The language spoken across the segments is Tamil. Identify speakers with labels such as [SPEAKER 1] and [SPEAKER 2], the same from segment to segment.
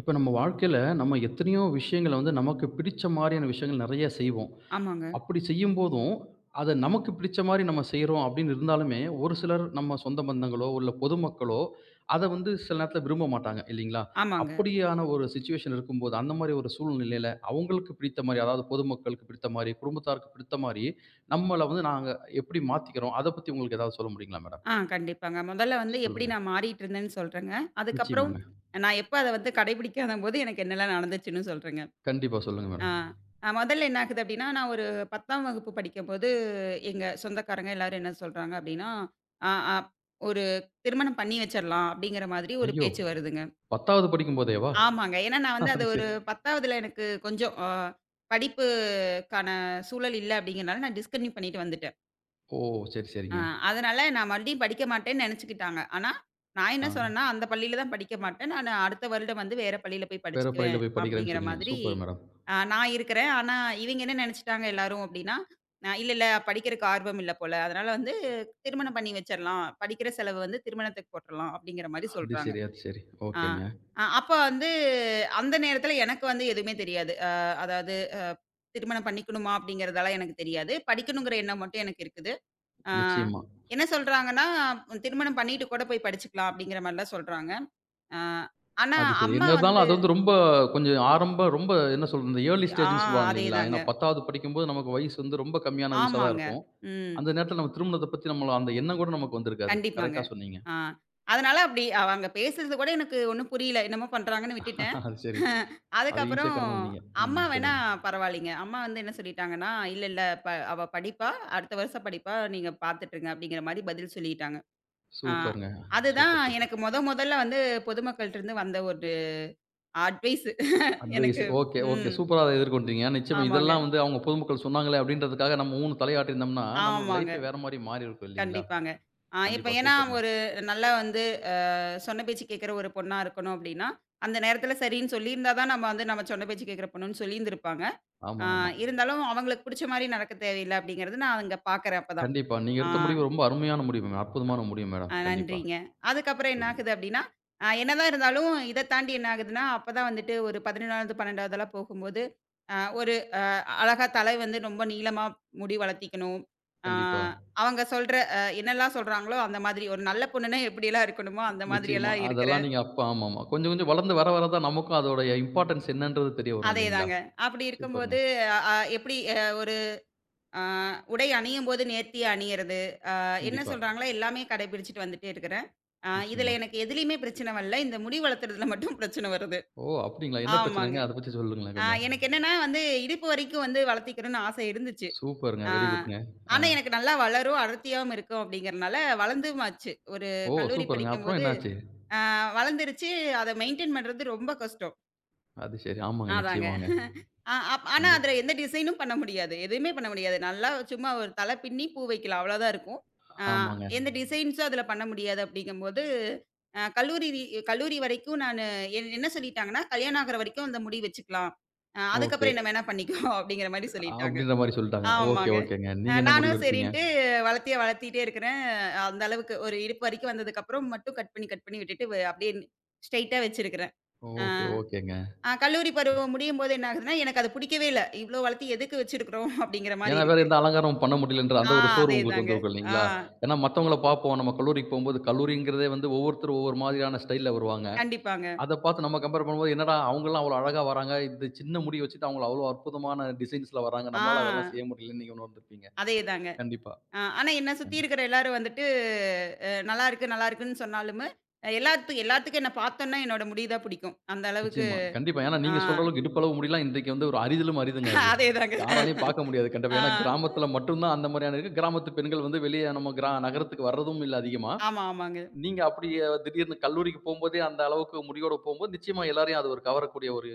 [SPEAKER 1] இப்ப நம்ம வாழ்க்கையில, நம்ம எத்தனையோ விஷயங்கள வந்து நமக்கு பிடிச்ச மாரியான விஷயங்கள் நெறைய செய்வோம்.
[SPEAKER 2] ஆமாங்க,
[SPEAKER 1] அப்படி செய்யும்போதும், அத நமக்கு பிடிச்ச மாரி நம்ம செய்றோம் அப்படின்னு இருந்தாலுமே, ஒரு சிலர் நம்ம சொந்த பந்தங்களோ, இல்ல பொதுமக்களோ, அத வந்து சில நேரத்துல விரும்ப மாட்டாங்க இல்லைங்களா?
[SPEAKER 2] ஆமாங்க.
[SPEAKER 1] அப்படியான ஒரு சிச்சுவேஷன் இருக்கும்போது, அந்த மாரி ஒரு சூழ்நிலையில அவங்களுக்கு பிடித்த மாரி, அதாவது பொதுமக்களுக்கு பிடித்த மாரி, குடும்பத்தாருக்கு பிடித்த மாரி, நம்மள வந்து நாங்க எப்படி மாத்திக்கிறோம்? அத பத்தி உங்களுக்கு ஏதாவது சொல்ல முடியுங்களா மேடம்?
[SPEAKER 2] கண்டிப்பாங்க. முதல்ல வந்து எப்படி
[SPEAKER 1] சொல்லுங்க.
[SPEAKER 2] நான் மாறிட்டு இருந்தேன்னு சொல்றேங்க. அதுக்கப்புறம்
[SPEAKER 1] நிச்சயமாங்க.
[SPEAKER 2] நான் எப்ப அத வந்து கடைபிடிக்காதம்போது எனக்கு என்னலாம் நடந்துச்சுன்னு சொல்றேங்க.
[SPEAKER 1] கண்டிப்பா சொல்லுங்க
[SPEAKER 2] ஆ
[SPEAKER 1] மேடம்.
[SPEAKER 2] ஆ, முதல்ல என்ன ஆகுது அப்படின்னா, நான் ஒரு 10ஆம் வகுப்பு படிக்கும்போது, எங்க சொந்தக்காரங்க எல்லாரும் என்ன சொல்றாங்க அப்படின்னா, ஆ ஆ ஒரு திருமணம் பண்ணி வச்சிரலாம் அப்படிங்கிற மாதிரி ஒரு
[SPEAKER 1] ஐயோ!
[SPEAKER 2] பேச்சு வருதுங்க.
[SPEAKER 1] 10வது படிக்கும்போதேவா?
[SPEAKER 2] ஆமாங்க. ஏன்னா நான் வந்து அது
[SPEAKER 1] அது
[SPEAKER 2] ஒரு
[SPEAKER 1] சரி.
[SPEAKER 2] 10வதுல எனக்கு கொஞ்சம் படிப்புக்கான சூழல் இல்ல அப்படிங்கிறனால நான் டிஸ்கன்டினியூ பண்ணிட்டு வந்துட்டேன்.
[SPEAKER 1] ஓ! சரி,
[SPEAKER 2] ஆ,
[SPEAKER 1] சரிங்க.
[SPEAKER 2] அதனால நான் மறுபடியும் படிக்க மாட்டேன்னு நெனச்சுக்கிட்டாங்க. ஆனா, நான் என்ன
[SPEAKER 1] ஆ.
[SPEAKER 2] சொன்னேன்னா, அந்த பள்ளியில தான் படிக்க மாட்டேன். நானு அடுத்த வருடம் வந்து வேற பள்ளியில போய்
[SPEAKER 1] வேற
[SPEAKER 2] படிச்சுக்குவேன்
[SPEAKER 1] பள்ளியில போய் படிக்கிறேன்னு
[SPEAKER 2] அப்படிங்கிற
[SPEAKER 1] சொன்னீங்க.
[SPEAKER 2] மாதிரி,
[SPEAKER 1] சூப்பர் மேடம்.
[SPEAKER 2] நான் இருக்கிறேன். ஆனா, இவைங்க என்ன நெனச்சுட்டாங்க எல்லாரும் அப்படின்னா, இல்ல, படிக்கிறக்கு ஆர்வம் இல்ல போல. அதனால வந்து திருமணம் பண்ணி வச்சரலாம். படிக்கிற செலவு வந்து திருமணத்துக்கு போட்டுறலாம் அப்படிங்கிற மாரி
[SPEAKER 1] அது
[SPEAKER 2] சொல்றாங்க.
[SPEAKER 1] சரி, அது சரி.
[SPEAKER 2] ஆ.
[SPEAKER 1] ஓகேங்க.
[SPEAKER 2] அ அப்ப வந்து அந்த நேரத்துல எனக்கு வந்து எதுவுமே தெரியாது. அதாவது திருமணம் பண்ணிக்கணுமா அப்படிங்கிறதெல்லாம் எனக்கு தெரியாது. படிக்கணுங்கிற எண்ணம் மட்டும் எனக்கு இருக்குது. ஆ.
[SPEAKER 1] நிச்சயமா.
[SPEAKER 2] என்ன சொல்றாங்கன்னா, திருமணம் பண்ணிட்டு கூட போய் படிச்சுக்கலாம் அப்படிங்கிற மாரிலாம் சொல்றாங்க. ஆ ஆனா
[SPEAKER 1] அது சரி.
[SPEAKER 2] அம்மா
[SPEAKER 1] என்ன இருந்தாலும்
[SPEAKER 2] வந்து
[SPEAKER 1] அது வந்து ரொம்ப கொஞ்சம் ஆரம்ப ரொம்ப என்ன சொல்றது, இந்த ஏர்லி
[SPEAKER 2] ஆ
[SPEAKER 1] ஸ்டேஜ்ன்னு சொல்லுவாங்க இல்லீங்களா?
[SPEAKER 2] அதேதாங்க.
[SPEAKER 1] ஏன்னா 10வது படிக்கும்போது நமக்கு வயசு வந்து ரொம்ப கம்மியான வயசா தான்
[SPEAKER 2] ஆமாங்க.
[SPEAKER 1] இருக்கும்.
[SPEAKER 2] ம்.
[SPEAKER 1] அந்த நேரத்தில நம்ம திருமணத்த பத்தி நம்மள அந்த எண்ணம் கூட நமக்கு வந்திருக்காது.
[SPEAKER 2] கண்டிப்பாங்க.
[SPEAKER 1] கரெக்ட்டா சொன்னீங்க.
[SPEAKER 2] ஆ. அதனால அப்படி அவங்க பேசுறது கூட எனக்கு ஒண்ணும் புரியல. என்னமோ பண்றாங்கன்னு விட்டுட்டேன்.
[SPEAKER 1] அது சரி. அது ஈஸியா
[SPEAKER 2] அதுக்கப்புறம்
[SPEAKER 1] கடந்து வந்தீங்க. ம்.
[SPEAKER 2] அம்மா வேணா
[SPEAKER 1] சொல்லுங்க.
[SPEAKER 2] பரவாயில்லைங்க. அம்மா வந்து என்ன சொல்லிட்டாங்கன்னா, "இல்ல இல்ல அவ படிப்பா. அடுத்த வருஷம் படிப்பா. நீங்க பார்த்துட்டுருங்க" அப்படிங்கிற மாரி பதில் சொல்லிட்டாங்க. ஆ.
[SPEAKER 1] சூப்பருங்க.
[SPEAKER 2] அதுதான்
[SPEAKER 1] சூப்பர், சூப்பர்.
[SPEAKER 2] எனக்கு மொதல்ல வந்து பொதுமக்கள்ட்டருந்து வந்த ஒரு அட்வைஸு
[SPEAKER 1] அட்வைஸ்.
[SPEAKER 2] எனக்கு.
[SPEAKER 1] Okay, okay.
[SPEAKER 2] ம்.
[SPEAKER 1] சூப்பரா அத எதிர்கொண்டீங்க. நிச்சயமா
[SPEAKER 2] ஆமாங்க,
[SPEAKER 1] இதெல்லாம் வந்து அவங்க பொதுமக்கள் சொன்னாங்களே அப்படின்றதுக்காக நம்ம ஊன்னு தலையாட்டியிருந்தோம்னா, நம்மளோட
[SPEAKER 2] ஆமாங்க.
[SPEAKER 1] லைஃபே வேற மாரி மாறியிருக்கும் இல்லீங்களா?
[SPEAKER 2] கண்டிப்பாங்க. இப்ப
[SPEAKER 1] கண்டிப்பா.
[SPEAKER 2] ஏன்னா
[SPEAKER 1] சூப்பர்ங்க.
[SPEAKER 2] ஒரு நல்லா வந்து அ சொன்ன பேச்சு கேட்கிற ஒரு பொண்ணா இருக்கணும் அப்டின்னா, அந்த நேரத்தில சரின்னு சொல்லியிருந்தா தான் நம்ம வந்து நம்ம சொன்ன பேச்சு கேட்கிற பொண்ணுன்னு சொல்லியிருந்திருப்பாங்க. ஆ
[SPEAKER 1] ஆமா, ஆமா.
[SPEAKER 2] இருந்தாலும் அவங்களுக்கு புடிச்ச மாரி நடக்க தேவையில்ல அப்டிங்கிறது நான் அங்க பார்க்குறேன் அப்பதான்.
[SPEAKER 1] கண்டிப்பா. நீங்க
[SPEAKER 2] ஆ,
[SPEAKER 1] எடுத்த முடிவு ரொம்ப அருமையான முடிவுங்க. அற்புதமான முடிவு
[SPEAKER 2] அ
[SPEAKER 1] மேடம். கண்டிப்பா.
[SPEAKER 2] நன்றிங்க. அதுக்கப்புறம் என்ன
[SPEAKER 1] சொல்லுங்க.
[SPEAKER 2] ஆகுது அப்டின்னா, என்னதான் இருந்தாலும் இத தாண்டி என்ன ஆகுதுன்னா, அப்பதான் வந்துட்டு ஒரு 11வது, 12வதெல்லாம் போகும்போது, ஒரு அழகா தலை வந்து ரொம்ப நீளமா முடி வளர்த்திக்கணும். ஆ
[SPEAKER 1] கண்டிப்பா.
[SPEAKER 2] அவங்க சொல்ற என்னெல்லாம் சொல்றாங்களோ, அந்த மாதிரி ஒரு நல்ல பொண்ணுன்னா எப்படியெல்லாம் இருக்கணுமோ, அந்த
[SPEAKER 1] நிச்சயமா.
[SPEAKER 2] மாதிரியெல்லாம்
[SPEAKER 1] அதெல்லாம்
[SPEAKER 2] இருக்கிறேன்.
[SPEAKER 1] நீங்க அப்ப ஆமாமா. கொஞ்சம் கொஞ்சம் வளர்ந்து வர வர தான் நமக்கும் அதோடைய இம்பார்ட்டன்ஸ் என்னன்றது தெரிய வரும் இல்லீங்களா?
[SPEAKER 2] அதேதாங்க. அப்படி
[SPEAKER 1] சூப்பர்ங்க.
[SPEAKER 2] இருக்கும்போது அ அ எப்படி ஒரு ஆ உடை அணியும்போது நேர்த்தியா அணியறது, என்ன
[SPEAKER 1] கண்டிப்பா.
[SPEAKER 2] சொல்றாங்களோ எல்லாமே கடைபிடிச்சுட்டு வந்துட்டே இருக்கிறேன். இதுல
[SPEAKER 1] நிச்சயமா.
[SPEAKER 2] எனக்கு எதுலயுமே பிரச்சனை வரல. இந்த முடி வளர்த்துறதுல மட்டும் பிரச்சனை வருது.
[SPEAKER 1] ஓ! அப்படிங்களா? என்ன
[SPEAKER 2] ஆமாங்க.
[SPEAKER 1] பிரச்சனைங்க? அத பத்தி சொல்லுங்களேன் கொஞ்சம்.
[SPEAKER 2] எனக்கு என்னன்னா வந்து இடுப்பு வரைக்கும் வந்து வளர்த்திக்கணும்னு ஆசை இருந்துச்சு.
[SPEAKER 1] சூப்பர்ங்க.
[SPEAKER 2] ஆ.
[SPEAKER 1] வெரி குட்ங்க. ஆ.
[SPEAKER 2] ஆனா எனக்கு நல்லா வளரும், அடர்த்தியாவும் இருக்கும் அப்படிங்கிறனால வளர்ந்துமாச்சு. ஒரு
[SPEAKER 1] ஓ!
[SPEAKER 2] கல்லூரி
[SPEAKER 1] சூப்பர்ங்க. அப்புறம்
[SPEAKER 2] படிக்கும்போது
[SPEAKER 1] என்னாச்சு?
[SPEAKER 2] ஆ வளர்ந்துருச்சு. அத மெயின்டெயின் பண்றது ரொம்ப கஷ்டம்.
[SPEAKER 1] அது சரி. ஆமாங்க.
[SPEAKER 2] அதாங்க.
[SPEAKER 1] நிச்சயமாங்க.
[SPEAKER 2] ஆ அப் ஆனா அதுல
[SPEAKER 1] கண்டிப்பா.
[SPEAKER 2] எந்த டிசைனும் பண்ண முடியாது. எதுவுமே பண்ண முடியாது. நல்லா சும்மா ஒரு தலை பின்னி பூ வைக்கலாம். அவ்வளோதான் இருக்கும். ஆ
[SPEAKER 1] ஆமாங்க.
[SPEAKER 2] எந்த டிசைன்ஸும் அதுல பண்ண முடியாது அப்படிங்கும்போது, கல்லூரி வரைக்கும் நானு என்ன சொல்லிட்டாங்கன்னா, "கல்யாணம் ஆகுற வரைக்கும் அந்த முடி வச்சுக்கலாம்.
[SPEAKER 1] ஓகே.
[SPEAKER 2] அதுக்கப்புறம் என்ன வேணா பண்ணிக்கோ" அப்படிங்கிற மாரி சொல்லிட்டாங்க.
[SPEAKER 1] அப்படின்ற மாரி சொல்ட்டாங்க. ஓகே,
[SPEAKER 2] ஆமாங்க.
[SPEAKER 1] ஓகேங்க. நீங்க என்ன முடிவு
[SPEAKER 2] நானும்
[SPEAKER 1] எடுத்தீங்க?
[SPEAKER 2] சரின்ட்டு வளர்த்திட்டே இருக்கிறேன். அந்த அளவுக்கு ஒரு இடுப்பு வரைக்கும் வந்ததுக்கப்புறம் மட்டும் கட் பண்ணி, கட் பண்ணி விட்டுட்டு அப்படியே ஸ்ட்ரெயிட்டா வச்சிருக்கிறேன். அ
[SPEAKER 1] ஓகே, ஓகேங்க.
[SPEAKER 2] அ கல்லூரி பருவம் முடியும்போது என்ன ஆகுதுன்னா, எனக்கு அது புடிக்கவே இல்ல. இவ்ளோ வளர்த்தி எதுக்கு வச்சிருக்கிறோம் அப்படிங்கிற மாரி
[SPEAKER 1] ஏன்னா வேற
[SPEAKER 2] இருக்கு.
[SPEAKER 1] எந்த அலங்காரமும் பண்ண முடியலன்ற
[SPEAKER 2] ஆ
[SPEAKER 1] அந்த ஒரு சோர்வு உங்களுக்கு
[SPEAKER 2] அதேதாங்க.
[SPEAKER 1] வந்திருக்கும்
[SPEAKER 2] ஆ
[SPEAKER 1] இல்லைங்களா? ஏன்னா மத்தவங்கள பார்ப்போம். நம்ம கல்லூரிக்கு போம்போது கல்லூரிங்கிறதே வந்து ஒவ்வொருத்தரும் ஒவ்வொரு மாதிரியான ஸ்டைல்ல வருவாங்க.
[SPEAKER 2] கண்டிப்பாங்க.
[SPEAKER 1] அத பார்த்து நம்ம கம்பேர் பண்ணும்போது, என்னடா அவங்கலாம் அவ்வளோ அழகா வராங்க. இந்த சின்ன முடி வச்சுட்டு அவங்கள அவ்வளோ அற்புதமான டிசைன்ஸ்ல வராங்க.
[SPEAKER 2] ஆ
[SPEAKER 1] நம்மளால அதெல்லாம் செய்ய முடியலன்னு நீங்க உணர்ந்திருப்பீங்க.
[SPEAKER 2] அதேதாங்க.
[SPEAKER 1] கண்டிப்பா.
[SPEAKER 2] ஆனா என்ன சுத்தி இருக்கிற எல்லாரும் வந்துட்டு நல்லாருக்கு, நல்லாருக்குன்னு சொன்னாலுமே, எல்லாத்துக்கும் எல்லாத்துக்கும் என்ன பார்த்தோன்னா என்னோட முடி தான் புடிக்கும். அந்த அளவுக்கு.
[SPEAKER 1] நிச்சயமா. கண்டிப்பா. ஏன்னா
[SPEAKER 2] ஆ
[SPEAKER 1] நீங்க சொல்ற அளவுக்கு இடுப்பளவு முடிலாம் இன்றைக்கு வந்து ஒரு அரிதிலும் அரிதுங்க அது.
[SPEAKER 2] அதேதாங்க.
[SPEAKER 1] யாராலயும் பார்க்க முடியாது
[SPEAKER 2] ஆ
[SPEAKER 1] கண்டிப்பா. ஏன்னா கிராமத்தில மட்டும் தான் அந்த மாரியான இருக்கு. கிராமத்து பெண்கள் வந்து வெளிய நம்ம நகரத்துக்கு வர்றதும் இல்ல அதிகமா.
[SPEAKER 2] ஆமா, ஆமாங்க.
[SPEAKER 1] நீங்க அப்படி திடீர்னு கல்லூரிக்கு போம்போதே அந்த அளவுக்கு முடியோட போம்போது நிச்சயமா எல்லாரையும் அது ஒரு கவரக்கூடிய ஒரு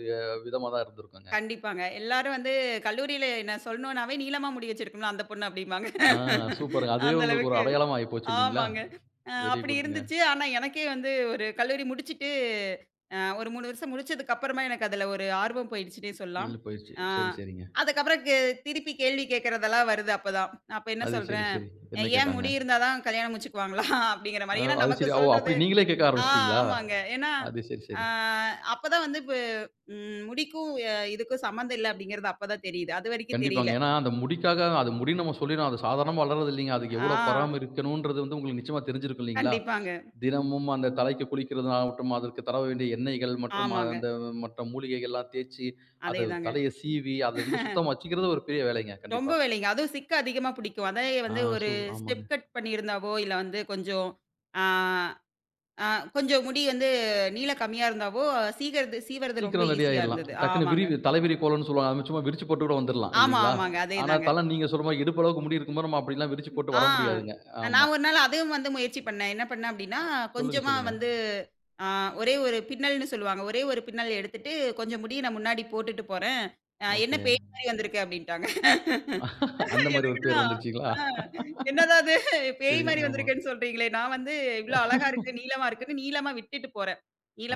[SPEAKER 1] விதமா தான் இருந்திருக்குங்க.
[SPEAKER 2] கண்டிப்பாங்க. எல்லாரும் வந்து கல்லூரியில என்ன சொல்லணும்னாவே, நீளமா முடி வச்சிருக்கும்ல அந்த பொண்ணு அப்படிம்பாங்க.
[SPEAKER 1] ஆ சூப்பருங்க. அதுவே
[SPEAKER 2] அந்த
[SPEAKER 1] உங்களுக்கு ஒரு
[SPEAKER 2] அளவுக்கு
[SPEAKER 1] அடையாளமா ஆயிப்போச்சு இல்லீங்களா?
[SPEAKER 2] ஆமாங்க.
[SPEAKER 1] வெரி
[SPEAKER 2] அப்படி
[SPEAKER 1] குட்ங்க.
[SPEAKER 2] இருந்துச்சு. ஆனா, எனக்கே வந்து ஒரு கல்லூரி முடிச்சுட்டு, ஒரு 3 வருஷம் முடிச்சதுக்கு அப்புறமா எனக்கு அதுல ஒரு ஆர்வம் போயிடுச்சுன்னே சொல்லலாம்.
[SPEAKER 1] எள்ளு போயிருச்சு.
[SPEAKER 2] அ
[SPEAKER 1] சரி, சரிங்க.
[SPEAKER 2] அதுக்கப்புறம் திருப்பி கேள்வி கேட்கறதெல்லாம் வருது அப்பதான். அப்ப என்ன
[SPEAKER 1] அது சரி,
[SPEAKER 2] சொல்றேன்,
[SPEAKER 1] சரி. என்ன
[SPEAKER 2] "ஏன்
[SPEAKER 1] கேட்டாங்க?
[SPEAKER 2] முடி இருந்தா தான் கல்யாணம் முடிச்சுக்குவாங்களா?" அப்படிங்கிற மாரி. ஏன்னா
[SPEAKER 1] அது
[SPEAKER 2] நமக்கு
[SPEAKER 1] சரி. ஓ! அப்படி
[SPEAKER 2] சொல்றது.
[SPEAKER 1] நீங்களே கேட்க
[SPEAKER 2] ஆ
[SPEAKER 1] ஆரம்பிச்சுட்டீங்களா?
[SPEAKER 2] ஆமாங்க. ஏன்னா,
[SPEAKER 1] அது சரி,
[SPEAKER 2] ஆ
[SPEAKER 1] சரி.
[SPEAKER 2] அப்பதான் வந்து இப்ப முடிக்கும் இதுக்கும் சம்மந்தம் இல்ல அப்படிங்கிறது அப்பதான் தெரியுது. அதுவரைக்கும்
[SPEAKER 1] கண்டிப்பாங்க.
[SPEAKER 2] தெரியல.
[SPEAKER 1] ஏன்னா, அந்த முடிக்காக அது முடி நம்ம சொல்லிறோம். அது சாதாரணமா வளர்றது இல்லீங்க. அதுக்கு
[SPEAKER 2] ஆ
[SPEAKER 1] எவ்வளோ பராமரிக்கணுன்றது வந்து உங்களுக்கு நிச்சயமா தெரிஞ்சிருக்கும் இல்லீங்களா?
[SPEAKER 2] கண்டிப்பாங்க.
[SPEAKER 1] தினமும் அந்த தலைக்கு குளிக்கிறதுனாகட்டும், அதற்கு தடவ வேண்டிய எண்ணெய்கள் மற்றும்
[SPEAKER 2] ஆமாங்க.
[SPEAKER 1] அந்த மற்ற மூலிகைகள்லாம் தேய்ச்சு, அத
[SPEAKER 2] அதேதாங்க.
[SPEAKER 1] தலைய சீவி, அத வந்து சுத்தமா வச்சுக்கிறது ஒரு பெரிய வேலைங்க.
[SPEAKER 2] ரொம்ப
[SPEAKER 1] கண்டிப்பா.
[SPEAKER 2] வேலைங்க. அதுவும் சிக்கு அதிகமா பிடிக்கும். அதே
[SPEAKER 1] ஆ
[SPEAKER 2] வந்து ஒரு
[SPEAKER 1] சோ
[SPEAKER 2] ஸ்டெப்
[SPEAKER 1] ஆமாங்க.
[SPEAKER 2] கட் பண்ணியிருந்தாவோ, இல்ல வந்து கொஞ்சம் ஆ ஆ கொஞ்சம் முடி வந்து நீளம் கம்மியா இருந்தாவோ, சீவறது ரொம்ப
[SPEAKER 1] சீக்கிரம் ரெடி
[SPEAKER 2] ஈஸியா
[SPEAKER 1] ஆயிரலாம்.
[SPEAKER 2] இருந்தது.
[SPEAKER 1] டக்குன்னு
[SPEAKER 2] ஆமாங்க.
[SPEAKER 1] விரிவு தலைவிரி கோலம்ன்னு சொல்லுவாங்க. அது சும்மா விரிச்சு போட்டு கூட வந்துரலாம்
[SPEAKER 2] ஆமா,
[SPEAKER 1] இல்லீங்களா?
[SPEAKER 2] ஆமாங்க.
[SPEAKER 1] ஆனா,
[SPEAKER 2] அதேதாங்க.
[SPEAKER 1] நீங்க சொல்ற மாரி இடுப்பு அளவுக்கு முடி இருக்கும்போது, நம்ம அப்படிலாம் விரிச்சு
[SPEAKER 2] ம்.
[SPEAKER 1] போட்டு
[SPEAKER 2] ஆ.
[SPEAKER 1] வர முடியாதுங்க. ஆமா.
[SPEAKER 2] நான் ஒரு நாள் அதுவும் வந்து முயற்சி பண்ணேன். என்ன பண்ணேன் அப்படின்னா,
[SPEAKER 1] சொல்லுங்க,
[SPEAKER 2] கொஞ்சமா
[SPEAKER 1] சொல்லுங்க.
[SPEAKER 2] வந்து ஆ ஒரே ஒரு பின்னல்ன்னு சொல்லுவாங்க. ஒரே ஒரு பின்னல் எடுத்துட்டு, கொஞ்சம் முடிய நான் முன்னாடி போட்டுட்டு போறேன். என்ன
[SPEAKER 1] ஓகே.
[SPEAKER 2] பேய் மாரி வந்திருக்கு அப்படின்ட்டாங்க.
[SPEAKER 1] அந்த மாரி ஒரு
[SPEAKER 2] எனக்குன்னா
[SPEAKER 1] பேர் வந்துருச்சுங்களா?
[SPEAKER 2] ஆ என்னடா இது பேய்
[SPEAKER 1] சரிங்க.
[SPEAKER 2] மாரி
[SPEAKER 1] ஆமா.
[SPEAKER 2] வந்திருக்கேன்னு சொல்றீங்களே! நான் வந்து இவ்ளோ அழகா இருக்கு, நீளமா இருக்குன்னு நீளமா விட்டுட்டு போறேன்.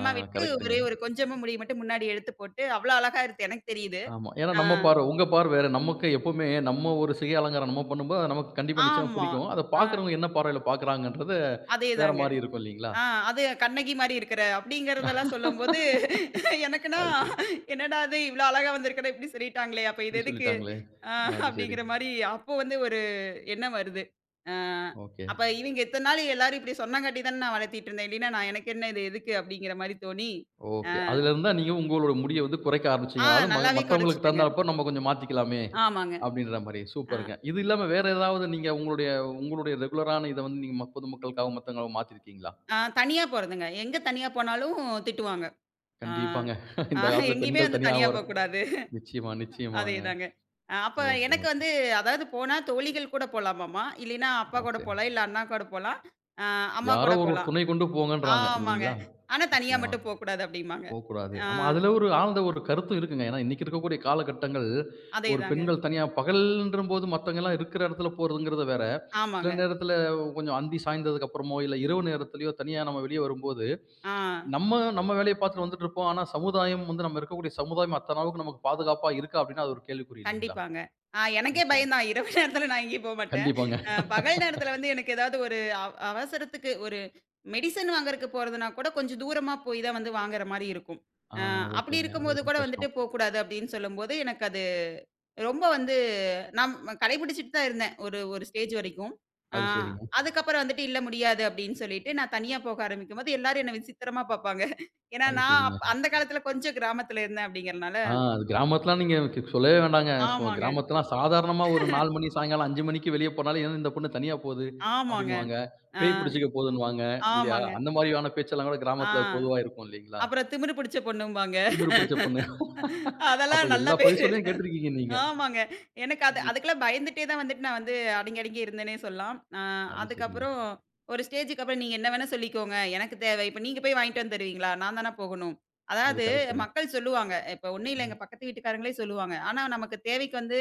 [SPEAKER 1] ஆ
[SPEAKER 2] விட்டு
[SPEAKER 1] கரெக்ட்டுங்க.
[SPEAKER 2] ஒரே ஒரு கொஞ்சமா முடிய மட்டும் முன்னாடி எடுத்து போட்டு, அவ்ளோ அழகா இருக்கு எனக்கு தெரியுது.
[SPEAKER 1] ஆமா. ஏன்னா
[SPEAKER 2] ஆ.
[SPEAKER 1] நம்ம பார்வை, உங்க பார்வை வேற. நமக்கு எப்பவுமே நம்ம ஒரு சிகை அலங்காரம் நம்ம பண்ணும்போது, அது நமக்கு கண்டிப்பா நிச்சயமா
[SPEAKER 2] ஆமா.
[SPEAKER 1] பிடிக்கும். அத
[SPEAKER 2] ஆ
[SPEAKER 1] பார்க்கிறவங்க என்ன பார்வையில பார்க்குறாங்கன்றது வேற
[SPEAKER 2] அதேதாங்க.
[SPEAKER 1] மாரி இருக்கும் இல்லீங்களா?
[SPEAKER 2] ஆ அது கண்ணகி மாரி இருக்கிற அப்படிங்கிறதெல்லாம் சொல்லும்போது, எனக்குன்னா
[SPEAKER 1] அது சரி.
[SPEAKER 2] என்னடா இது இவ்ளோ அழகா வந்திருக்கனே இப்படி சொல்லிட்டாங்களே, அப்ப இது
[SPEAKER 1] இப்படி
[SPEAKER 2] எதுக்கு?
[SPEAKER 1] சொல்லிட்டாங்களே!
[SPEAKER 2] ஆ
[SPEAKER 1] ஆ, அது சரி.
[SPEAKER 2] அப்படிங்கிற மாரி அப்போ வந்து ஒரு எண்ணம் வருது. ஆ
[SPEAKER 1] ஓகே.
[SPEAKER 2] அப்ப இவங்க இத்தன நாள் எல்லாரும் இப்படி சொன்னங்காட்டி தானே நான் வளர்த்திட்டு இருந்தேன். இல்லைன்னா நான் எனக்கு என்ன இது எதுக்கு? அப்படிங்கிற மாரி தோணி, ஆ
[SPEAKER 1] ஓகே. அதுலருந்து தான் நீங்க உங்களோட முடிய வந்து குறைக்க
[SPEAKER 2] ஆ
[SPEAKER 1] ஆரம்பிச்சீங்க. அதாவது
[SPEAKER 2] நல்லாவே
[SPEAKER 1] மற்றவங்களுக்கு
[SPEAKER 2] குறைச்சுட்டேங்க.
[SPEAKER 1] தகுந்தாற்ப நம்ம கொஞ்சம் மாத்திக்கலாமே!
[SPEAKER 2] ஆமாங்க.
[SPEAKER 1] அப்டின்ற மாரி.
[SPEAKER 2] ஆ
[SPEAKER 1] சூப்பருங்க. இது இல்லாம வேற ஏதாவது நீங்க உங்களுடைய உங்களுடைய ரெகுலரான இத வந்து நீங்க பொதுமக்களுக்காகவும் மத்தவங்களுக்காகவும் மாத்திருக்கீங்களா?
[SPEAKER 2] ஆ தனியா போறதுங்க. எங்க தனியா போனாலும் திட்டுவாங்க. ஆ
[SPEAKER 1] கண்டிப்பாங்க.
[SPEAKER 2] ஆ
[SPEAKER 1] இந்த காலத்துல
[SPEAKER 2] எங்கேயுமே
[SPEAKER 1] பெண்கள்
[SPEAKER 2] வந்து
[SPEAKER 1] தனியா
[SPEAKER 2] தனியா
[SPEAKER 1] ஒரு
[SPEAKER 2] போக்கூடாது.
[SPEAKER 1] நிச்சயமா, நிச்சயமாங்க.
[SPEAKER 2] அதேதாங்க. அப்ப
[SPEAKER 1] ஓகே,
[SPEAKER 2] எனக்கு
[SPEAKER 1] ஓகே.
[SPEAKER 2] வந்து அதாவது போனா தோழிகள் கூட போலாமாமா, இல்லைன்னா அப்பா
[SPEAKER 1] ஆ
[SPEAKER 2] கூட
[SPEAKER 1] சரி.
[SPEAKER 2] போலாம், இல்ல அண்ணா கூட போலாம், அ அம்மா
[SPEAKER 1] யாரோ
[SPEAKER 2] கூட
[SPEAKER 1] ஒரு
[SPEAKER 2] போலாம்.
[SPEAKER 1] துணை கொண்டு போங்கன்றாங்க
[SPEAKER 2] ஆமாங்க.
[SPEAKER 1] இல்லீங்களா?
[SPEAKER 2] ஆனா தனியா
[SPEAKER 1] நிச்சயமா.
[SPEAKER 2] மட்டும் போக்கூடாது அப்டிம்பாங்க.
[SPEAKER 1] போக்கூடாது.
[SPEAKER 2] ஆ
[SPEAKER 1] ஆமா. அதுல ஒரு ஆழ்ந்த ஒரு கருத்தும் இருக்குங்க. ஏன்னா, இன்னைக்கு இருக்கக்கூடிய காலகட்டங்கள், ஒரு
[SPEAKER 2] அதேதாங்க.
[SPEAKER 1] பெண்கள் தனியா பகல்ன்றம்போது மத்தவங்கலாம் இருக்கிற இடத்துல போறதுங்கிறது வேற.
[SPEAKER 2] ஆமாங்க.
[SPEAKER 1] சில நேரத்துல கொஞ்சம் அந்தி சாய்ந்ததுக்கு அப்புறமோ, இல்ல இரவு நேரத்திலயோ தனியா நம்ம வெளிய வரும்போது,
[SPEAKER 2] ஆ
[SPEAKER 1] நம்ம நம்ம வேலைய பார்த்துட்டு வந்துட்டு இருப்போம். ஆனா, சமுதாயம் வந்து நம்ம இருக்கக்கூடிய சமுதாயம் அத்தன அளவுக்கு நமக்கு பாதுகாப்பா இருக்கா? அப்டின்னா, அது ஒரு கேள்விக்குறி இல்லைங்களா?
[SPEAKER 2] கண்டிப்பாங்க. எனக்கே
[SPEAKER 1] நிச்சயமா.
[SPEAKER 2] பயம்தான். இரவு நேரத்துல நான் எங்கேயும் போமாட்டேன்.
[SPEAKER 1] கண்டிப்பாங்க.
[SPEAKER 2] பகல் நேரத்துல வந்து எனக்கு ஏதாவது ஒரு அவசரத்துக்கு ஒரு மெடிசன் வாங்குறக்கு போறதுனா கூட கொஞ்சம் தூரமா போய் தான் வந்து வாங்குற மாரி இருக்கும்.
[SPEAKER 1] ஆ
[SPEAKER 2] அ அப்டி
[SPEAKER 1] ஓகேங்க.
[SPEAKER 2] இருக்கும்போது
[SPEAKER 1] அது ரொம்ப
[SPEAKER 2] கூட வந்துட்டு
[SPEAKER 1] கஷ்டம்.
[SPEAKER 2] போக்கூடாது அப்டின்னு சொல்லும்போது எனக்கு ரொம்ப வந்து நான் கடைபிடிச்சுட்டு தான் இருந்தேன். ஒரு ஒரு ஸ்டேஜ் வரைக்கும். ஆ
[SPEAKER 1] அது சரிங்க.
[SPEAKER 2] அதுக்கப்புறம் வந்துட்டு இல்ல முடியாது அப்படின்னு சொல்லிட்டு, நான் தனியா போக ஆரம்பிக்கும்போது எல்லாரும் என்ன விசித்திரமா பார்ப்பாங்க. ஏன்னா
[SPEAKER 1] அது
[SPEAKER 2] நான்
[SPEAKER 1] சரிங்க.
[SPEAKER 2] அந்த காலத்துல கொஞ்சம் கிராமத்துல இருந்தேன் அப்படிங்கிறனால
[SPEAKER 1] ஆ அது கிராமத்துலாம் நீங்க சொல்லவே வேண்டாங்க. சோ
[SPEAKER 2] ஆமாங்க,
[SPEAKER 1] கிராமத்துலாம் சாதாரணமா ஒரு 4 மணி சாயங்காலம் 5 மணிக்கு வெளிய போனாலே, "ஏன் இந்த பொண்ணு தனியா போது?"
[SPEAKER 2] ஆமாங்க.
[SPEAKER 1] அப்டின்னுவாங்க.
[SPEAKER 2] ஆ,
[SPEAKER 1] "பேய் பிடிச்சுக்க போதுன்னுவாங்க." இல்லையா?
[SPEAKER 2] ஆமாங்க.
[SPEAKER 1] அந்த மாரியான பேச்செல்லாம் கூட
[SPEAKER 2] ஆ.
[SPEAKER 1] கிராமத்துல பொதுவா இருக்கும் இல்லைங்களா?
[SPEAKER 2] அப்புறம் திமிரு பிடிச்ச பொண்ணும்பாங்க.
[SPEAKER 1] திமிரு பிடிச்ச பொண்ணு. அப்ப
[SPEAKER 2] அதெல்லாம் நல்லா.
[SPEAKER 1] எல்லா பழி சொல்லியும் கேட்டுருக்கீங்க நீங்க.
[SPEAKER 2] ஆமாங்க. எனக்கு அது
[SPEAKER 1] கண்டிப்பா.
[SPEAKER 2] அதுக்கெல்லாம் பயந்துட்டே தான் வந்துட்டு நான் வந்து அடங்கி, அடங்கி இருந்தேன்னே சொல்லலாம்.
[SPEAKER 1] அது சரிங்க.
[SPEAKER 2] அதுக்கப்புறம் ஒரு ஸ்டேஜுக்கு அப்புறம் நீங்க என்ன வேணா சொல்லிக்கோங்க. எனக்கு தேவை. இப்ப நீங்க போய் வாங்கிட்டு வந்து தருவீங்களா? நான் தானே போகணும்.
[SPEAKER 1] அது
[SPEAKER 2] அதாவது
[SPEAKER 1] கரெக்ட்டுங்க.
[SPEAKER 2] மக்கள் சொல்லுவாங்க. இப்ப ஒண்ணும் இல்ல எங்க பக்கத்து வீட்டுக்காரங்களே சொல்லுவாங்க. ஆனா நமக்கு தேவைக்கு வந்து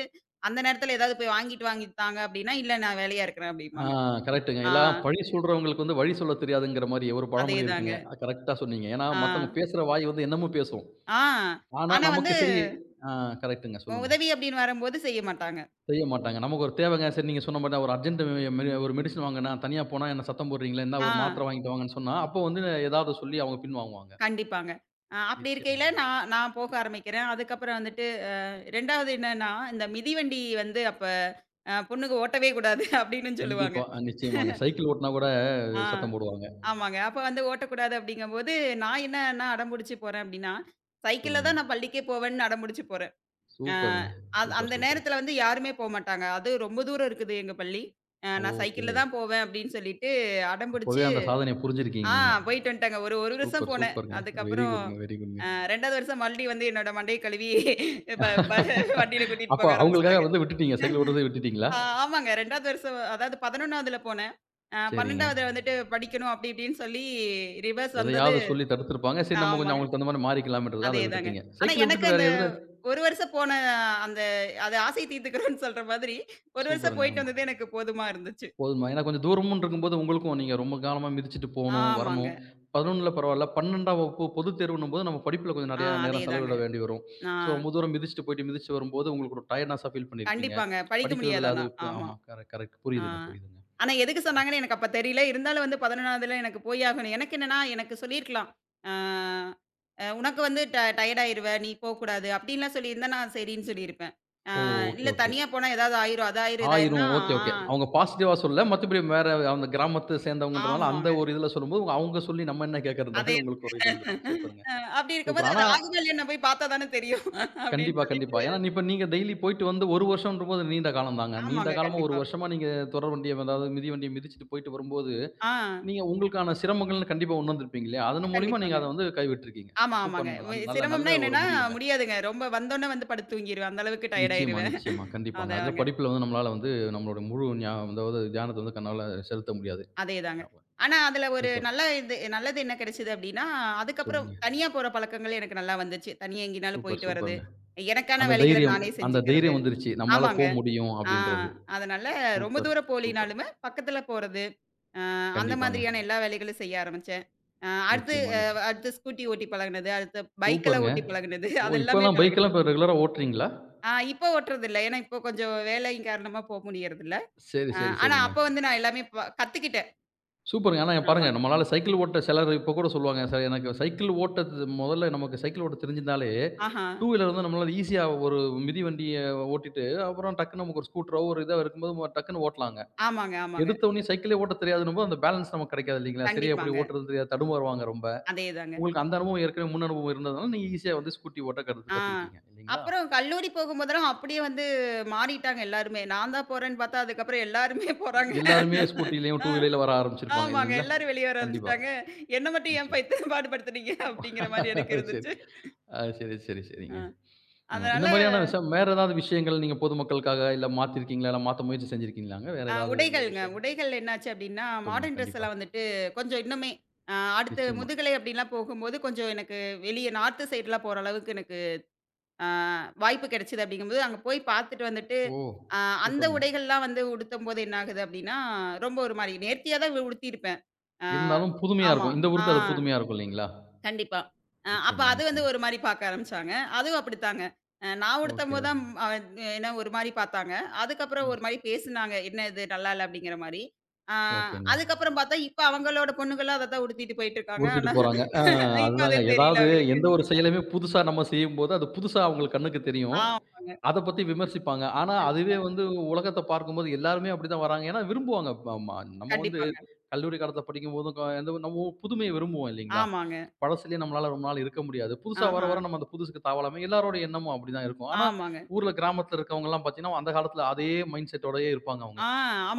[SPEAKER 2] அந்த நேரத்துல ஏதாவது போய் வாங்கிட்டு வாங்கி தாங்க அப்படின்னா, இல்ல நான் வேலையா இருக்கிறேன்
[SPEAKER 1] ஆ
[SPEAKER 2] அப்படிம்பாங்க.
[SPEAKER 1] கரெக்ட்டுங்க.
[SPEAKER 2] ஆ
[SPEAKER 1] எல்லா பழி சொல்றவங்களுக்கு வந்து வழி சொல்ல தெரியாதுங்கிற மாரி ஒரு பழமொழி
[SPEAKER 2] அதேதாங்க.
[SPEAKER 1] இருக்குங்க. கரெக்ட்டா சொன்னீங்க. ஏன்னா,
[SPEAKER 2] ஆ.
[SPEAKER 1] மத்தவங்க பேசுற வாய் வந்து என்னமோ பேசும்.
[SPEAKER 2] ஆ.
[SPEAKER 1] ஆனா,
[SPEAKER 2] ஆனா வந்து
[SPEAKER 1] நமக்கு சரி ஆ கரெக்ட்டுங்க. சொல்லுங்க.
[SPEAKER 2] உதவி அப்படின்னு வரும்போது செய்ய மாட்டாங்க.
[SPEAKER 1] செய்ய மாட்டாங்க. நமக்கு ஒரு தேவைங்க. சரி நீங்க சொன்ன மாரி ஒரு அர்ஜென்ட் ஒரு மெடிசின் வாங்கனா, தனியா போனா என்ன சத்தம் போடுறீங்களே, இந்தா
[SPEAKER 2] ஆ.
[SPEAKER 1] ஒரு மாத்திரை வாங்கிட்டு வாங்கன்னு சொன்னா, அப்போ வந்து ஏதாவது சொல்லி அவங்க பின் வாங்குவாங்க.
[SPEAKER 2] கண்டிப்பாங்க. அப்படி இருக்கையில
[SPEAKER 1] நிச்சயமாங்க, நிச்சயமா.
[SPEAKER 2] நான் நான் போக ஆரம்பிக்கிறேன். அதுக்கப்புறம் வந்துட்டு 2வது என்னன்னா, இந்த மிதிவண்டி வந்து அப்ப பொண்ணுக்கு ஓட்டவே கூடாது அப்படின்னு சொல்லுவாங்க.
[SPEAKER 1] கண்டிப்பா. நிச்சயமாங்க. சைக்கிள் ஓட்டுனா கூட
[SPEAKER 2] ஆ
[SPEAKER 1] சத்தம் போடுவாங்க.
[SPEAKER 2] ஆமாங்க. அப்ப வந்து ஓட்டக்கூடாது அப்படிங்கும்போது, நான் என்னன்னா அடம்புடிச்சு போறேன் அப்படின்னா, சைக்கிள்ல தான்
[SPEAKER 1] சொல்லுங்க.
[SPEAKER 2] நான் பள்ளிக்கே போவேன்னு அடம்புடிச்சு போறேன். அஹ்,
[SPEAKER 1] சூப்பருங்க.
[SPEAKER 2] அ அது
[SPEAKER 1] சூப்பர்,
[SPEAKER 2] அந்த
[SPEAKER 1] சூப்பர்.
[SPEAKER 2] நேரத்தில வந்து யாருமே போமாட்டாங்க. அது ரொம்ப தூரம் இருக்குது எங்க பள்ளி. நான் சைக்கிள்ல
[SPEAKER 1] ஓகே.
[SPEAKER 2] தான் போவேன் அப்படின்னு சொல்லிட்டு அடம்புடிச்சு
[SPEAKER 1] அப்பவே அந்த சாதனைய புரிஞ்சிருக்கீங்க
[SPEAKER 2] ஆ
[SPEAKER 1] நீங்க.
[SPEAKER 2] போயிட்டு வந்துட்டேங்க. ஒரு 1 வருஷம்
[SPEAKER 1] சூப்பர்,
[SPEAKER 2] போனேன்.
[SPEAKER 1] சூப்பருங்க. வெரி
[SPEAKER 2] அதுக்கப்புறம்
[SPEAKER 1] குட்ங்க, வெரி குட்ங்க.
[SPEAKER 2] 2வது வருஷம் மறுபடியும் வந்து என்னோட மண்டைய கழுவி
[SPEAKER 1] அப்ப
[SPEAKER 2] ப ப வண்டியில கூட்டிட்டு போக
[SPEAKER 1] அவங்களுக்காக
[SPEAKER 2] ஆரம்பிச்சுட்டாங்க.
[SPEAKER 1] வந்து விட்டுட்டீங்க. சைக்கிள் ஓட்டுறத விட்டுட்டீங்களா?
[SPEAKER 2] ஆ ஆமாங்க, 2வது வருஷம் அதாவது 11வதுல போனேன்.
[SPEAKER 1] சரிங்க.
[SPEAKER 2] 12வதுல வந்துட்டு படிக்கணும் அப்படி இப்படின்னு சொல்லி ரிவர்ஸ் வந்தது.
[SPEAKER 1] எதையாவது சொல்லி தடுத்திருப்பாங்க. சரி நம்ம கொஞ்சம்
[SPEAKER 2] ஆமாங்க.
[SPEAKER 1] அவங்களுக்கு தகுந்த மாரி மாறிக்கலாம்ன்றதுக்காக அத
[SPEAKER 2] அதேதாங்க.
[SPEAKER 1] விட்டுட்டீங்க.
[SPEAKER 2] ஆனா
[SPEAKER 1] சைக்கிள
[SPEAKER 2] எனக்கு
[SPEAKER 1] விட்டுட்டு வேற
[SPEAKER 2] அந்த
[SPEAKER 1] எதுல
[SPEAKER 2] 1 வருஷம் போன அந்த அது ஆசை தீர்த்துக்கிறோம்னு சொல்ற மாதிரி 1 வருஷம்
[SPEAKER 1] சூப்பருங்க.
[SPEAKER 2] போயிட்டு
[SPEAKER 1] ஆமா.
[SPEAKER 2] வந்தது எனக்கு போதுமா இருந்துச்சு.
[SPEAKER 1] போதுமா. ஏன்னா கொஞ்சம் தூரமுன்னு இருக்கும்போது உங்களுக்கும் நீங்க ரொம்ப காலமா மிதிச்சுட்டு போணும்,
[SPEAKER 2] ஆமாங்க.
[SPEAKER 1] வரணும். 11ல பரவால்ல. 12ஆம் வகுப்பு பொதுத் தேர்வுன்னும்போது நம்ம படிப்புல கொஞ்சம் நெறையா நேரம்
[SPEAKER 2] அதேதாங்க.
[SPEAKER 1] செலவிட வேண்டி வரும். ஸோ
[SPEAKER 2] நான்
[SPEAKER 1] ரொம்ப தூரம் மிதிச்சுட்டு போயிட்டு மிதிச்சுட்டு வரும்போது உங்களுக்கு ஒரு டயர்ட்னஸா ஃபீல் பண்ணியிருப்பீங்க.
[SPEAKER 2] கண்டிப்பாங்க. படிக்க முடியாது
[SPEAKER 1] படிக்கிறதுல
[SPEAKER 2] ஆனா.
[SPEAKER 1] அது இப்ப
[SPEAKER 2] ஆமா.
[SPEAKER 1] ஆமா. Correct, correct.
[SPEAKER 2] ஆ.
[SPEAKER 1] புரியுதுங்க, புரியுதுங்க.
[SPEAKER 2] ஆனா எதுக்கு சொன்னாங்கன்னு எனக்கு அப்ப தெரியல. இருந்தாலும் வந்து 11வதுல எனக்கு போய் ஆகணும். எனக்கு என்னன்னா, எனக்கு சொல்லியிருக்கலாம். ஆ அ "உனக்கு வந்து டயர்ட் ஆயிருவ. நீ போக்கூடாது." அப்படின்லாம் சொல்லியிருந்தா நான் சரின்னு சொல்லியிருப்பேன். ஆ
[SPEAKER 1] ஓ! ஓகே,
[SPEAKER 2] இல்ல
[SPEAKER 1] ஓகே.
[SPEAKER 2] தனியா போனா ஏதாவது ஆயிரும். அது ஆயிரும், இது
[SPEAKER 1] 1000
[SPEAKER 2] ஆயிரும்னா ஆ
[SPEAKER 1] ஓகே, ஓகே. அவங்க பாசிட்டிவா சொல்லல. மத்தபடி வேற அந்த கிராமத்த சேர்ந்தவங்கன்றனால அந்த
[SPEAKER 2] ஆமாங்க.
[SPEAKER 1] ஒரு இதுல சொல்லும்போது, அவங்க சொல்லி நம்ம என்ன கேட்கிறன்ற
[SPEAKER 2] அதே
[SPEAKER 1] மாரி உங்களுக்கு ஒரு இது வந்திருக்கும். சூப்பருங்க.
[SPEAKER 2] அ அப்படி
[SPEAKER 1] சூப்பர்.
[SPEAKER 2] இருக்கும்போது அது
[SPEAKER 1] ஆனா
[SPEAKER 2] ஆகுதா இல்லையான்னு நான் போய் பார்த்தா தானே தெரியும். அப்படின்னு
[SPEAKER 1] கண்டிப்பா, கண்டிப்பா.
[SPEAKER 2] சொல்லிட்டு
[SPEAKER 1] ஏன்னா இப்ப நீங்க டெய்லி போயிட்டு வந்து 1 வருஷம்ன்றபோது நீண்ட காலம் தாங்க. நீண்ட
[SPEAKER 2] ஆமாங்க.
[SPEAKER 1] காலமா 1
[SPEAKER 2] கண்டிப்பா.
[SPEAKER 1] வருஷமா நீங்க தொடர் வண்டிய அதாவது மிதி வண்டிய மிதிச்சுட்டு போயிட்டு வரும்போது,
[SPEAKER 2] ஆ
[SPEAKER 1] நீங்க உங்களுக்கான சிரமங்கள்னு கண்டிப்பா உணர்ந்திருப்பீங்க இல்லையா? அதன் மூலியமா நீங்க
[SPEAKER 2] கண்டிப்பாங்க.
[SPEAKER 1] அத வந்து கைவிட்டுருக்கீங்க.
[SPEAKER 2] ஆமா,
[SPEAKER 1] சூப்பர்
[SPEAKER 2] ஆமாங்க.
[SPEAKER 1] நல் நல்ல
[SPEAKER 2] சிரமம்னா
[SPEAKER 1] நல்ல ஒரு
[SPEAKER 2] என்னன்னா
[SPEAKER 1] முடிவுங்க.
[SPEAKER 2] முடியாதுங்க. ரொம்ப வந்தோனே வந்து படுத்து தூங்கிருவேன். அந்த அளவுக்கு டயர்ட்
[SPEAKER 1] நிச்சயமா,
[SPEAKER 2] ஆயிருவேன்.
[SPEAKER 1] நிச்சயமா. கண்டிப்பாங்க. அதுல
[SPEAKER 2] அதாங்க.
[SPEAKER 1] படிப்புல வந்து நம்மளால வந்து நம்மளோட முழு அதாவது தியானத்த வந்து கண்ணால செலுத்த முடியாது.
[SPEAKER 2] அதேதாங்க.
[SPEAKER 1] ஞாபகம்.
[SPEAKER 2] ஆனா, அதுல ஒரு
[SPEAKER 1] சூப்பர்.
[SPEAKER 2] நல்ல இது நல்லது என்ன கிடைச்சது அப்டின்னா, அதுக்கப்புறம்
[SPEAKER 1] சொல்லுங்க.
[SPEAKER 2] தனியா போற பழக்கங்கள் எனக்கு நல்லா வந்துச்சு. தனியா எங்கேனாலும்
[SPEAKER 1] சூப்பர்,
[SPEAKER 2] போயிட்டு வர்றது.
[SPEAKER 1] சூப்பர்ங்க.
[SPEAKER 2] எனக்கான
[SPEAKER 1] அந்த
[SPEAKER 2] வேலைகள
[SPEAKER 1] தைரியம்
[SPEAKER 2] நானே
[SPEAKER 1] அந்த
[SPEAKER 2] செஞ்சுக்கிறது.
[SPEAKER 1] தைரியம் வந்துருச்சு. நம்மளால
[SPEAKER 2] ஆமாங்க.
[SPEAKER 1] போ முடியும்
[SPEAKER 2] ஆ
[SPEAKER 1] அப்படின்றது.
[SPEAKER 2] அதனால ரொம்ப
[SPEAKER 1] சூப்பர்,
[SPEAKER 2] தூரம்
[SPEAKER 1] சூப்பர்.
[SPEAKER 2] போலினாலுமே, பக்கத்துல போறது. அ அந்த
[SPEAKER 1] கண்டிப்பாங்க.
[SPEAKER 2] மாதிரியான எல்லா வேலைகளும் செய்ய ஆரம்பிச்சேன். அ அடுத்து
[SPEAKER 1] நிச்சயமா,
[SPEAKER 2] அ
[SPEAKER 1] நிச்சயம்.
[SPEAKER 2] அடுத்து ஸ்கூட்டி ஓட்டி பழகுனது. அடுத்து பைக்கெல்லாம்
[SPEAKER 1] சூப்பர்ங்க.
[SPEAKER 2] ஓட்டி பழகுனது.
[SPEAKER 1] ஓ!
[SPEAKER 2] அது எல்லாமே
[SPEAKER 1] இப்பலாம் பைக்லாம்
[SPEAKER 2] பழகுனேன்.
[SPEAKER 1] இப்ப ரெகுலரா ஓட்டுறீங்களா?
[SPEAKER 2] இப்போ ஓட்டுறதில்ல. ஏன்னா, இப்போ கொஞ்சம் வேலையின் காரணமா போ முடியறதில்ல.
[SPEAKER 1] சரி, சரி,
[SPEAKER 2] ஆனா,
[SPEAKER 1] சரிங்க.
[SPEAKER 2] அப்போ வந்து நான் எல்லாமே கத்துக்கிட்டேன்.
[SPEAKER 1] சூப்பருங்க. ஆனா பாருங்க
[SPEAKER 2] ஆமாங்க.
[SPEAKER 1] நம்மளால சைக்கிள் ஓட்ட சிலர் இப்ப கூட சொல்லுவாங்க. "சார் எனக்கு சைக்கிள் ஓட்டது முதல்ல நமக்கு சைக்கிள் ஓட்ட தெரிஞ்சிருந்தாலே,
[SPEAKER 2] ஆஹா.
[SPEAKER 1] டூ வீலர் வந்து நம்மளால ஈஸியா ஒரு மிதிவண்டிய ஓட்டிட்டு, அப்புறம் டக்குன்னு நமக்கு ஒரு ஸ்கூட்டரோ, ஒரு இதோ இருக்கும்போது டக்குன்னு ஓட்டலாங்க.
[SPEAKER 2] ஆமாங்க, ஆமாங்க.
[SPEAKER 1] எடுத்தவுனே சைக்கிளே ஓட்ட தெரியாதுன்னும்போது அந்த பேலன்ஸ் நமக்கு கிடைக்காது இல்லைங்களா? சரியா எப்படி
[SPEAKER 2] கண்டிப்பாங்க.
[SPEAKER 1] ஓட்டுறதுன்னு தெரியாது. தடுமாறுவாங்க ரொம்ப.
[SPEAKER 2] அதேதாங்க.
[SPEAKER 1] உங்களுக்கு அந்த அனுபவம் ஏற்கனவே முன் அனுபவம் இருந்ததுனால, நீங்க ஈஸியா வந்து ஸ்கூட்டி ஓட்ட
[SPEAKER 2] ஆ.
[SPEAKER 1] கத்துக்கிட்டீங்க இல்லைங்களா?
[SPEAKER 2] அப்புறம் கல்லூரி போகும்போதெல்லாம் அப்படியே வந்து மாறிட்டாங்க எல்லாருமே. நான் தான் போறேன்னு பார்த்தா, அதுக்கப்புறம் எல்லாருமே போறாங்க.
[SPEAKER 1] எல்லாருமே ஸ்கூட்டிலயும்,
[SPEAKER 2] ஆ,
[SPEAKER 1] டூ வீலர்ல வர ஆரம்பிச்சிருப்பாங்க
[SPEAKER 2] ஆமாங்க.
[SPEAKER 1] இல்லைங்களா?
[SPEAKER 2] எல்லாரும் வெளிய வர
[SPEAKER 1] கண்டிப்பா.
[SPEAKER 2] ஆரம்பிச்சுட்டாங்க. என்ன மட்டும் ஏன்
[SPEAKER 1] நிச்சயமா.
[SPEAKER 2] பைத்தியம் பாடுபடுத்துனீங்க? அப்படிங்கிற மாரி எனக்கு
[SPEAKER 1] சரி.
[SPEAKER 2] இருந்துச்சு.
[SPEAKER 1] சரி, சரி,
[SPEAKER 2] அ
[SPEAKER 1] சரிங்க. ம். இந்த
[SPEAKER 2] அதனால
[SPEAKER 1] மாரியான விஷயம் வேற ஏதாவது விஷயங்கள் நீங்க பொதுமக்களுக்காக இல்ல மாத்திருக்கீங்களா? இல்ல மாத்த முயற்சி செஞ்சிருக்கீங்களாங்க? வேற ஏதாவது இந்த
[SPEAKER 2] உடைகள்ங்க.
[SPEAKER 1] விஷயங்கள்?
[SPEAKER 2] உடைகள் என்னாச்சு அப்படின்னா,
[SPEAKER 1] சொல்லுங்க.
[SPEAKER 2] மாடர்ன் ட்ரெஸ்
[SPEAKER 1] கண்டிப்பா.
[SPEAKER 2] எல்லாம் வந்துட்டு கொஞ்சம் இன்னுமே அ அடுத்து
[SPEAKER 1] நிச்சயமா.
[SPEAKER 2] முதுகலை அப்படிலாம் போகும்போது, கொஞ்சம் எனக்கு வெளிய நார்த் சைட்லாம் போற அளவுக்கு எனக்கு அ வாய்ப்பு கிடைச்சது அப்படிங்கும்போது, அங்க போய் பார்த்துட்டு வந்துட்டு,
[SPEAKER 1] ஓ!
[SPEAKER 2] அ அந்த
[SPEAKER 1] சூப்பர்ங்க.
[SPEAKER 2] உடைகள்லாம் வந்து உடுத்தும்போது என்ன ஆகுது அப்படின்னா, ரொம்ப ஒரு மாரி நேர்த்தியா தான் உடுத்தியிருப்பேன். அ
[SPEAKER 1] இருந்தாலும் புதுமையா
[SPEAKER 2] ஆமா.
[SPEAKER 1] இருக்கும். இந்த
[SPEAKER 2] ஆ
[SPEAKER 1] ஊருக்கு அது புதுமையா இருக்கும் இல்லீங்களா?
[SPEAKER 2] கண்டிப்பா. அப்ப
[SPEAKER 1] நிச்சயமா,
[SPEAKER 2] அது வந்து
[SPEAKER 1] நிச்சயமா.
[SPEAKER 2] ஒரு மாரி பார்க்க ஆரம்பிச்சாங்க. அதுவும் அப்படித்தாங்க. நான்
[SPEAKER 1] ஓகே.
[SPEAKER 2] உடுத்தம்போது தான் என்ன ஒரு மாரி பார்த்தாங்க. அதுக்கப்புறம்
[SPEAKER 1] ம்.
[SPEAKER 2] ஒரு மாரி பேசுனாங்க. "என்ன இது நல்லா இல்ல" அப்படிங்கிற மாரி. அ
[SPEAKER 1] ஓகேங்க.
[SPEAKER 2] அதுக்கப்புறம் பார்த்தா, இப்ப அவங்களோட பொண்ணுங்கலாம் அத தான் உடுத்திட்டு போயிட்டு இருக்காங்க.
[SPEAKER 1] உறுத்திட்டு
[SPEAKER 2] ஆனா,
[SPEAKER 1] போறாங்க. ஆ
[SPEAKER 2] இப்ப அது
[SPEAKER 1] அதுதாங்க.
[SPEAKER 2] தெரியல
[SPEAKER 1] ஏதாவது
[SPEAKER 2] அவங்களுக்கு.
[SPEAKER 1] எந்த ஒரு செயலுமே புதுசா நம்ம செய்யும்போது, அது புதுசா அவுங்க கண்ணுக்கு தெரியும்.
[SPEAKER 2] ஆமாங்க.
[SPEAKER 1] அத பத்தி விமர்சிப்பாங்க. ஆனா,
[SPEAKER 2] கண்டிப்பா.
[SPEAKER 1] அதுவே வந்து உலகத்த பார்க்கும்போது எல்லாருமே அப்படிதான் வராங்க. ஏன்னா விரும்புவாங்க. ப ம நம்ம வந்து
[SPEAKER 2] கண்டிப்பாங்க.
[SPEAKER 1] கல்லூரி காலத்துல படிக்கும்போதும், நம்ம புதுமைய விரும்புவோம் இல்லைங்களா?
[SPEAKER 2] ஆமாங்க.
[SPEAKER 1] பழசுலயே நம்மளால ரொம்ப நாள் இருக்க முடியாது. புதுசா
[SPEAKER 2] ஆஹ.
[SPEAKER 1] வர, வர நம்ம அந்த புதுசுக்கு தாவலாமே. எல்லாரோட எண்ணமும் அப்படிதான் இருக்கும். ஆனா,
[SPEAKER 2] ஆமாங்க.
[SPEAKER 1] ஊர்ல கிராமத்துல இருக்கவங்கலாம் பார்த்தீங்கன்னா, அந்த காலத்துல அதே மைண்ட் செட்டோடயே இருப்பாங்க அவுங்க.
[SPEAKER 2] ஆ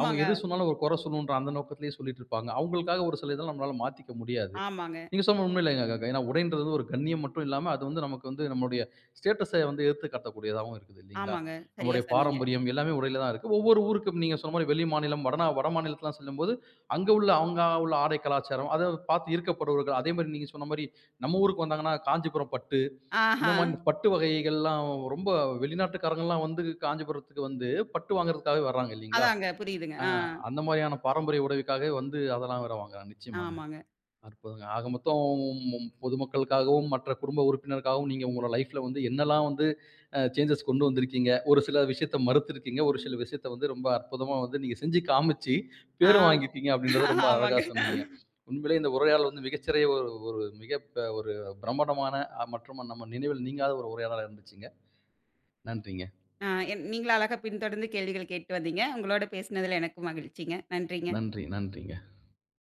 [SPEAKER 1] அவுங்க எது சொன்னாலும் ஒரு குறை சொல்லணுன்ற அந்த நோக்கத்திலேயே சொல்லிட்டு இருப்பாங்க. அவுங்களுக்காக ஒரு சில இதெல்லாம் நம்மளால மாத்திக்க முடியாது.
[SPEAKER 2] ஆமாங்க,
[SPEAKER 1] நீங்க சொன்ன உண்மையிலங்க அக்கா. ஏன்னா உடைன்றது வந்து ஒரு கண்ணியம் மட்டும் இல்லாம, அது வந்து நமக்கு வந்து நம்மளுடைய ஸ்டேட்டஸ வந்து எடுத்து காட்டக்கூடியதாவும் இருக்குது இல்லீங்களா?
[SPEAKER 2] ஆமாங்க. சரியா
[SPEAKER 1] நம்முடைய
[SPEAKER 2] சொன்னீங்க.
[SPEAKER 1] பாரம்பரியம் எல்லாமே உடையில தான் இருக்கு. ஒவ்வொரு ஊருக்கும் நீங்க சொன்ன மாரி வெளி மாநிலம், வட மாநிலத்துலாம் செல்லும்போது, அங்க உள்ள அவங்க உள்ள ஆடை கலாச்சாரம், அத பார்த்து ஈர்க்கப்படுவர்கள். அதே மாரி நீங்க சொன்ன மாரி நம்ம ஊருக்கு வந்தாங்கன்னா, காஞ்சிபுரம் பட்டு, இந்த
[SPEAKER 2] ஆஹா.
[SPEAKER 1] மாரி பட்டு வகைகள்லாம் ரொம்ப வெளிநாட்டுக்காரங்கலாம் வந்து காஞ்சிபுரத்துக்கு வந்து பட்டு வாங்குறதுக்காகவே வர்றாங்க இல்லீங்களா?
[SPEAKER 2] அதாங்க புரியுதுங்க.
[SPEAKER 1] அ
[SPEAKER 2] ஆ.
[SPEAKER 1] அந்த மாரியான பாரம்பரிய உடைவுக்காகவே வந்து அதெல்லாம் வேற வாங்குறாங்க. நிச்சயமாங்க.
[SPEAKER 2] ஆமாங்க.
[SPEAKER 1] அற்புதங்க. ஆக மொத்தம் ம் பொதுமக்களுக்காகவும், மற்ற குடும்ப உறுப்பினருக்காகவும் நீங்க உங்களோட லைஃப்ல வந்து என்னலாம் வந்து சேஞ்சஸ் கொண்டு வந்திருக்கீங்க. ஒரு சில விஷயத்த மறுத்திருக்கீங்க. ஒரு சில விஷயத்த வந்து ரொம்ப அற்புதமா வந்து நீங்க செஞ்சு காமிச்சு,
[SPEAKER 2] ஆ
[SPEAKER 1] பேரும் வாங்கியிருக்கீங்க அப்படின்றத ரொம்ப அழகா
[SPEAKER 2] ஆமாங்க.
[SPEAKER 1] சொன்னீங்க. உண்மையிலேயே இந்த உரையாடல் வந்து மிகச்சிறைய ஒரு ஒரு மிக ப ஒரு பிரம்மாண்டமான மற்றும் நம்ம நினைவில் நீங்காத ஒரு உரையாடலா இருந்துச்சுங்க. நன்றிங்க.
[SPEAKER 2] ஆ நீங்களும் அழகா பின்தொடர்ந்து கேள்விகள் கேட்டு வந்தீங்க. உங்களோட பேசினதுல எனக்கும் மகிழ்ச்சிங்க. நன்றிங்க.
[SPEAKER 1] நன்றி, நன்றிங்க.